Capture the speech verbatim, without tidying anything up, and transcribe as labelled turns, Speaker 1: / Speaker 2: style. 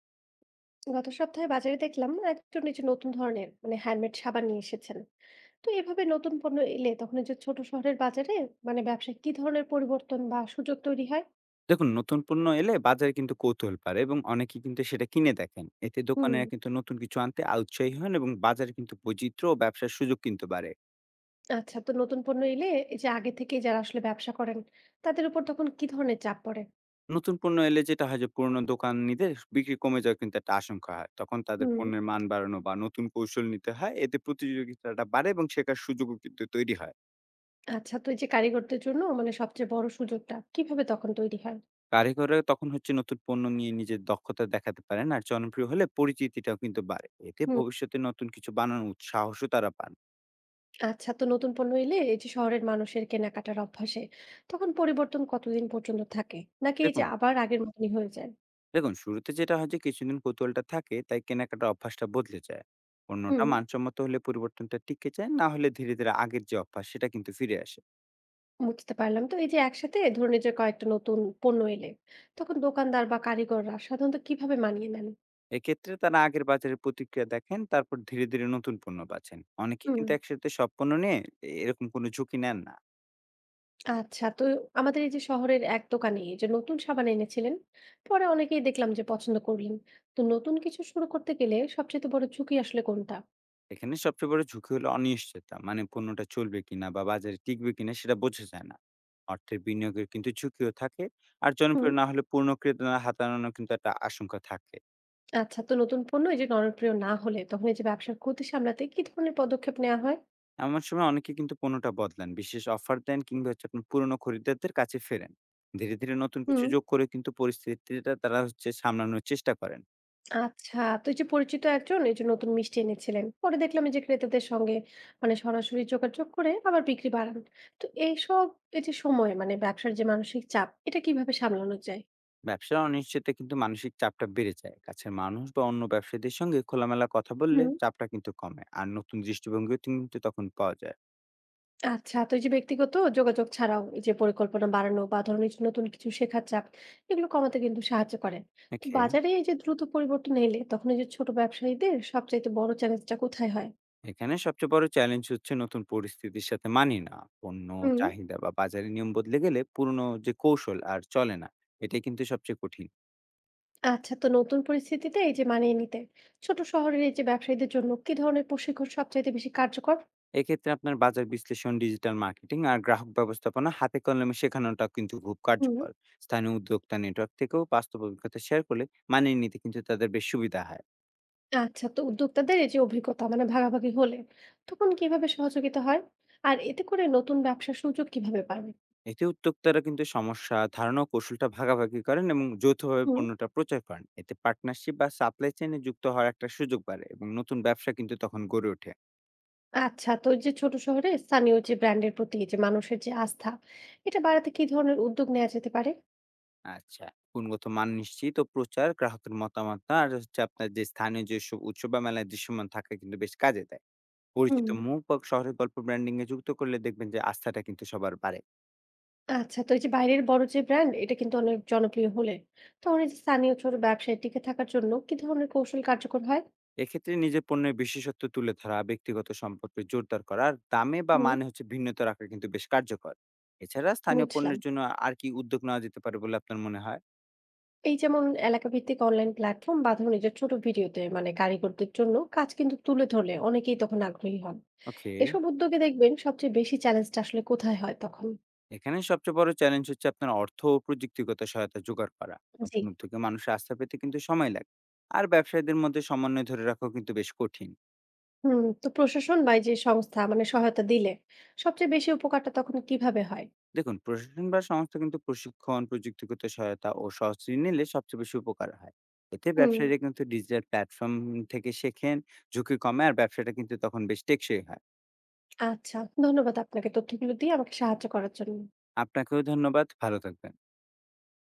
Speaker 1: গত সপ্তাহে বাজারে দেখলাম একজন এই যে নতুন ধরনের মানে হ্যান্ডমেড সাবান নিয়ে এসেছেন। তো এভাবে নতুন পণ্য এলে তখন এই যে ছোট শহরের বাজারে মানে ব্যবসায় কি ধরনের পরিবর্তন বা সুযোগ তৈরি হয়?
Speaker 2: দেখুন, নতুন পণ্য এলে বাজারে কিন্তু কৌতূহল বাড়ে এবং অনেকে কিন্তু সেটা কিনে দেখেন। এতে
Speaker 1: হুম।
Speaker 2: দোকানেরা কিন্তু নতুন কিছু আনতে আ উৎসাহী হন এবং বাজারে কিন্তু বৈচিত্র্য ও ব্যবসার সুযোগ কিন্তু বাড়ে।
Speaker 1: আচ্ছা, তো নতুন পণ্য এলে এই যে আগে থেকে যারা আসলে ব্যবসা করেন তাদের উপর তখন কি ধরনের চাপ পড়ে?
Speaker 2: নতুন পণ্য এলে যেটা হয় যে পুরনো দোকানীদের বিক্রি কমে যাওয়ার কিন্তু একটা আশঙ্কা হয়। তখন তাদের
Speaker 1: হুম।
Speaker 2: পণ্যের মান বাড়ানো বা নতুন কৌশল নিতে হয়। এতে প্রতিযোগিতাটা বাড়ে এবং শেখার সুযোগও কিন্তু তৈরি হয়।
Speaker 1: আচ্ছা, তো এই যে কারিগরদের জন্য মানে সবচেয়ে বড় সুযোগটা কিভাবে তখন তৈরি হয়?
Speaker 2: কারিগররা তখন হচ্ছে নতুন পণ্য নিয়ে নিজের দক্ষতা দেখাতে পারেন আর জনপ্রিয় হলে পরিচিতিটাও কিন্তু বাড়ে। এতে
Speaker 1: হুম।
Speaker 2: ভবিষ্যতে নতুন কিছু বানানোর উৎসাহসও তারা পান।
Speaker 1: আচ্ছা, তো নতুন পণ্য এলে এই যে শহরের মানুষের কেনাকাটার অভ্যাসে তখন পরিবর্তন কতদিন পর্যন্ত থাকে, নাকি এই যে
Speaker 2: দেখুন
Speaker 1: আবার আগের মতনই হয়ে যায়?
Speaker 2: দেখুন শুরুতে যেটা হয় যে কিছুদিন কৌতূহলটা থাকে, তাই কেনাকাটার অভ্যাসটা বদলে যায়। অন্যটা
Speaker 1: হুম,
Speaker 2: মানসম্মত হলে পরিবর্তনটা টিকে যায়, না হলে ধীরে ধীরে আগের যে অভ্যাস সেটা কিন্তু ফিরে আসে।
Speaker 1: বুঝতে পারলাম। তো এই যে একসাথে ধরুন এই যে কয়েকটা নতুন পণ্য এলে, তখন দোকানদার বা কারিগররা সাধারণত কিভাবে মানিয়ে নেন?
Speaker 2: এক্ষেত্রে তারা আগের বাজারের প্রতিক্রিয়া দেখেন, তারপর ধীরে ধীরে নতুন পণ্য বাছেন। অনেকে
Speaker 1: হুম,
Speaker 2: কিন্তু একসাথে সব পণ্য নিয়ে এরকম কোনো ঝুঁকি নেন না।
Speaker 1: আচ্ছা। তো আমাদের এই যে শহরের এক দোকানে এই যে নতুন সাবান এনেছিলেন, পরে অনেকেই দেখলাম যে পছন্দ করলেন। তো নতুন কিছু শুরু করতে গেলে সবচেয়ে বড় ঝুঁকি আসলে কোনটা?
Speaker 2: এখানে সবচেয়ে বড় ঝুঁকি হলো অনিশ্চয়তা, মানে পণ্যটা চলবে কিনা বা বাজারে টিকবে কিনা সেটা বোঝা যায় না। অর্থের বিনিয়োগের কিন্তু ঝুঁকিও থাকে। আর
Speaker 1: হুম,
Speaker 2: জনপ্রিয় না হলে পূর্ণ ক্রেতা হাতানো কিন্তু একটা আশঙ্কা থাকে।
Speaker 1: আচ্ছা। তো নতুন পণ্য এই যে জনপ্রিয় না হলে তখন এই যে ব্যবসার ক্ষতি সামলাতে কি ধরনের পদক্ষেপ নেওয়া হয়?
Speaker 2: এমন সময় অনেকে কিন্তু পণ্যটা বদলান, বিশেষ অফার দেন কিংবা হচ্ছে আপনার পুরনো খরিদ্দারদের কাছে ফেরেন। ধীরে ধীরে নতুন কিছু
Speaker 1: হুম।
Speaker 2: যোগ করে কিন্তু পরিস্থিতিটা তারা হচ্ছে সামলানোর চেষ্টা করেন।
Speaker 1: আচ্ছা, তো এই যে পরিচিত একজন এই যে নতুন মিষ্টি এনেছিলেন। পরে দেখলাম এই যে ক্রেতাদের সঙ্গে মানে সরাসরি যোগাযোগ করে আবার বিক্রি বাড়ান। তো এইসব এই যে সময় মানে ব্যবসার যে মানসিক চাপ এটা কিভাবে সামলানো যায়?
Speaker 2: ব্যবসার অনিশ্চয়তা কিন্তু মানসিক চাপটা বেড়ে যায়। কাছের মানুষ বা অন্য ব্যবসায়ীদের সঙ্গে খোলামেলা কথা বললে
Speaker 1: হুম।
Speaker 2: চাপটা কিন্তু কমে। আর নতুন দৃষ্টিভঙ্গিও কিন্তু তখন পাওয়া যায়।
Speaker 1: আচ্ছা, তো এই যে ব্যক্তিগত যোগাযোগ ছাড়াও এই যে পরিকল্পনা বাড়ানো বা ধরুন এই যে নতুন কিছু শেখার চাপ এগুলো কমাতে কিন্তু সাহায্য করে। তো
Speaker 2: ওকে।
Speaker 1: বাজারে এই যে দ্রুত পরিবর্তন এলে তখন এই যে ছোট ব্যবসায়ীদের সবচাইতে বড় চ্যালেঞ্জটা কোথায় হয়?
Speaker 2: এখানে সবচেয়ে বড় চ্যালেঞ্জ হচ্ছে নতুন পরিস্থিতির সাথে মানিয়ে নেওয়া। পণ্য
Speaker 1: হুম।
Speaker 2: চাহিদা বা বাজারের নিয়ম বদলে গেলে পুরনো যে কৌশল আর চলে না, এটাই কিন্তু সবচেয়ে কঠিন।
Speaker 1: আচ্ছা, তো নতুন পরিস্থিতিতে এই যে মানিয়ে নিতে ছোট শহরের এই যে ব্যবসায়ীদের জন্য কি ধরনের প্রশিক্ষণ সবচাইতে বেশি কার্যকর?
Speaker 2: এক্ষেত্রে আপনার বাজার বিশ্লেষণ, ডিজিটাল মার্কেটিং আর গ্রাহক ব্যবস্থাপনা হাতে কলমে শেখানোটা কিন্তু খুব
Speaker 1: হুম।
Speaker 2: কার্যকর। স্থানীয় উদ্যোক্তা নেটওয়ার্ক থেকেও বাস্তব অভিজ্ঞতা শেয়ার করলে মানিয়ে নিতে কিন্তু তাদের বেশ সুবিধা হয়।
Speaker 1: আচ্ছা, তো উদ্যোক্তাদের এই যে অভিজ্ঞতা মানে ভাগাভাগি হলে তখন কিভাবে সহযোগিতা হয়, আর এতে করে নতুন ব্যবসার সুযোগ কিভাবে পাবে?
Speaker 2: এতে উদ্যোক্তারা কিন্তু সমস্যা, ধারণা ও কৌশলটা ভাগাভাগি করেন এবং যৌথভাবে
Speaker 1: হুম।
Speaker 2: পণ্যটা প্রচার করেন। এতে পার্টনারশিপ বা সাপ্লাই চেইনে যুক্ত হওয়ার একটা সুযোগ বাড়ে এবং নতুন ব্যবসা কিন্তু তখন গড়ে ওঠে।
Speaker 1: আচ্ছা, তো এই যে ছোট শহরে স্থানীয় যে ব্র্যান্ডের প্রতি এই যে মানুষের যে আস্থা এটা বাড়াতে কি ধরনের উদ্যোগ নেওয়া যেতে পারে?
Speaker 2: আচ্ছা, গুণগত মান নিশ্চিত ও প্রচার, গ্রাহকের মতামত আর হচ্ছে আপনার যে স্থানীয় যেসব উৎসব বা মেলায় দৃশ্যমান থাকা কিন্তু বেশ কাজে দেয়।
Speaker 1: হুম।
Speaker 2: পরিচিত মুখ বা শহরের গল্প ব্র্যান্ডিং এ যুক্ত করলে দেখবেন যে আস্থাটা কিন্তু সবার বাড়ে।
Speaker 1: আচ্ছা, তো এই যে বাইরের বড় যে ব্র্যান্ড এটা কিন্তু অনেক জনপ্রিয় হলে তখন এই যে স্থানীয় ছোট ব্যবসায় টিকে থাকার জন্য কি ধরনের কৌশল কার্যকর হয়?
Speaker 2: এক্ষেত্রে নিজের পণ্যের বিশেষত্ব তুলে ধরা, ব্যক্তিগত সম্পর্ক জোরদার করা আর দামে বা
Speaker 1: হুম,
Speaker 2: মানে হচ্ছে ভিন্নতা রাখা কিন্তু বেশ কার্যকর। এছাড়া স্থানীয়
Speaker 1: বুঝলাম।
Speaker 2: পণ্যের জন্য আর কি উদ্যোগ নেওয়া যেতে পারে বলে আপনার মনে হয়?
Speaker 1: এই যেমন এলাকাভিত্তিক অনলাইন প্ল্যাটফর্ম বা ধরুন এই যে ছোট ভিডিওতে মানে কারিগরদের জন্য কাজ কিন্তু তুলে ধরলে অনেকেই তখন আগ্রহী হন।
Speaker 2: ওকে।
Speaker 1: এসব উদ্যোগে দেখবেন সবচেয়ে বেশি চ্যালেঞ্জটা আসলে কোথায় হয় তখন?
Speaker 2: এখানে সবচেয়ে বড় চ্যালেঞ্জ হচ্ছে আপনার অর্থ ও প্রযুক্তিগত সহায়তা জোগাড় করা।
Speaker 1: জি।
Speaker 2: নতুন উদ্যোগে মানুষের আস্থা পেতে কিন্তু সময় লাগে। আর ব্যবসায়ীদের মধ্যে সমন্বয় ধরে রাখাও কিন্তু বেশ কঠিন।
Speaker 1: হুম, তো প্রশাসন বা এই যে সংস্থা মানে সহায়তা দিলে সবচেয়ে বেশি উপকারটা তখন কিভাবে হয়?
Speaker 2: দেখুন, প্রশাসন বা সংস্থা কিন্তু প্রশিক্ষণ, প্রযুক্তিগত সহায়তা ও সহজ ঋণ নিলে সবচেয়ে বেশি উপকার হয়। এতে
Speaker 1: হুম,
Speaker 2: ব্যবসায়ীরা কিন্তু ডিজিটাল প্ল্যাটফর্ম থেকে শেখেন, ঝুঁকি কমে আর ব্যবসাটা কিন্তু তখন বেশ টেকসই হয়।
Speaker 1: আচ্ছা। ধন্যবাদ আপনাকে তথ্যগুলো দিয়ে আমাকে সাহায্য করার জন্য।
Speaker 2: আপনাকেও ধন্যবাদ, ভালো থাকবেন।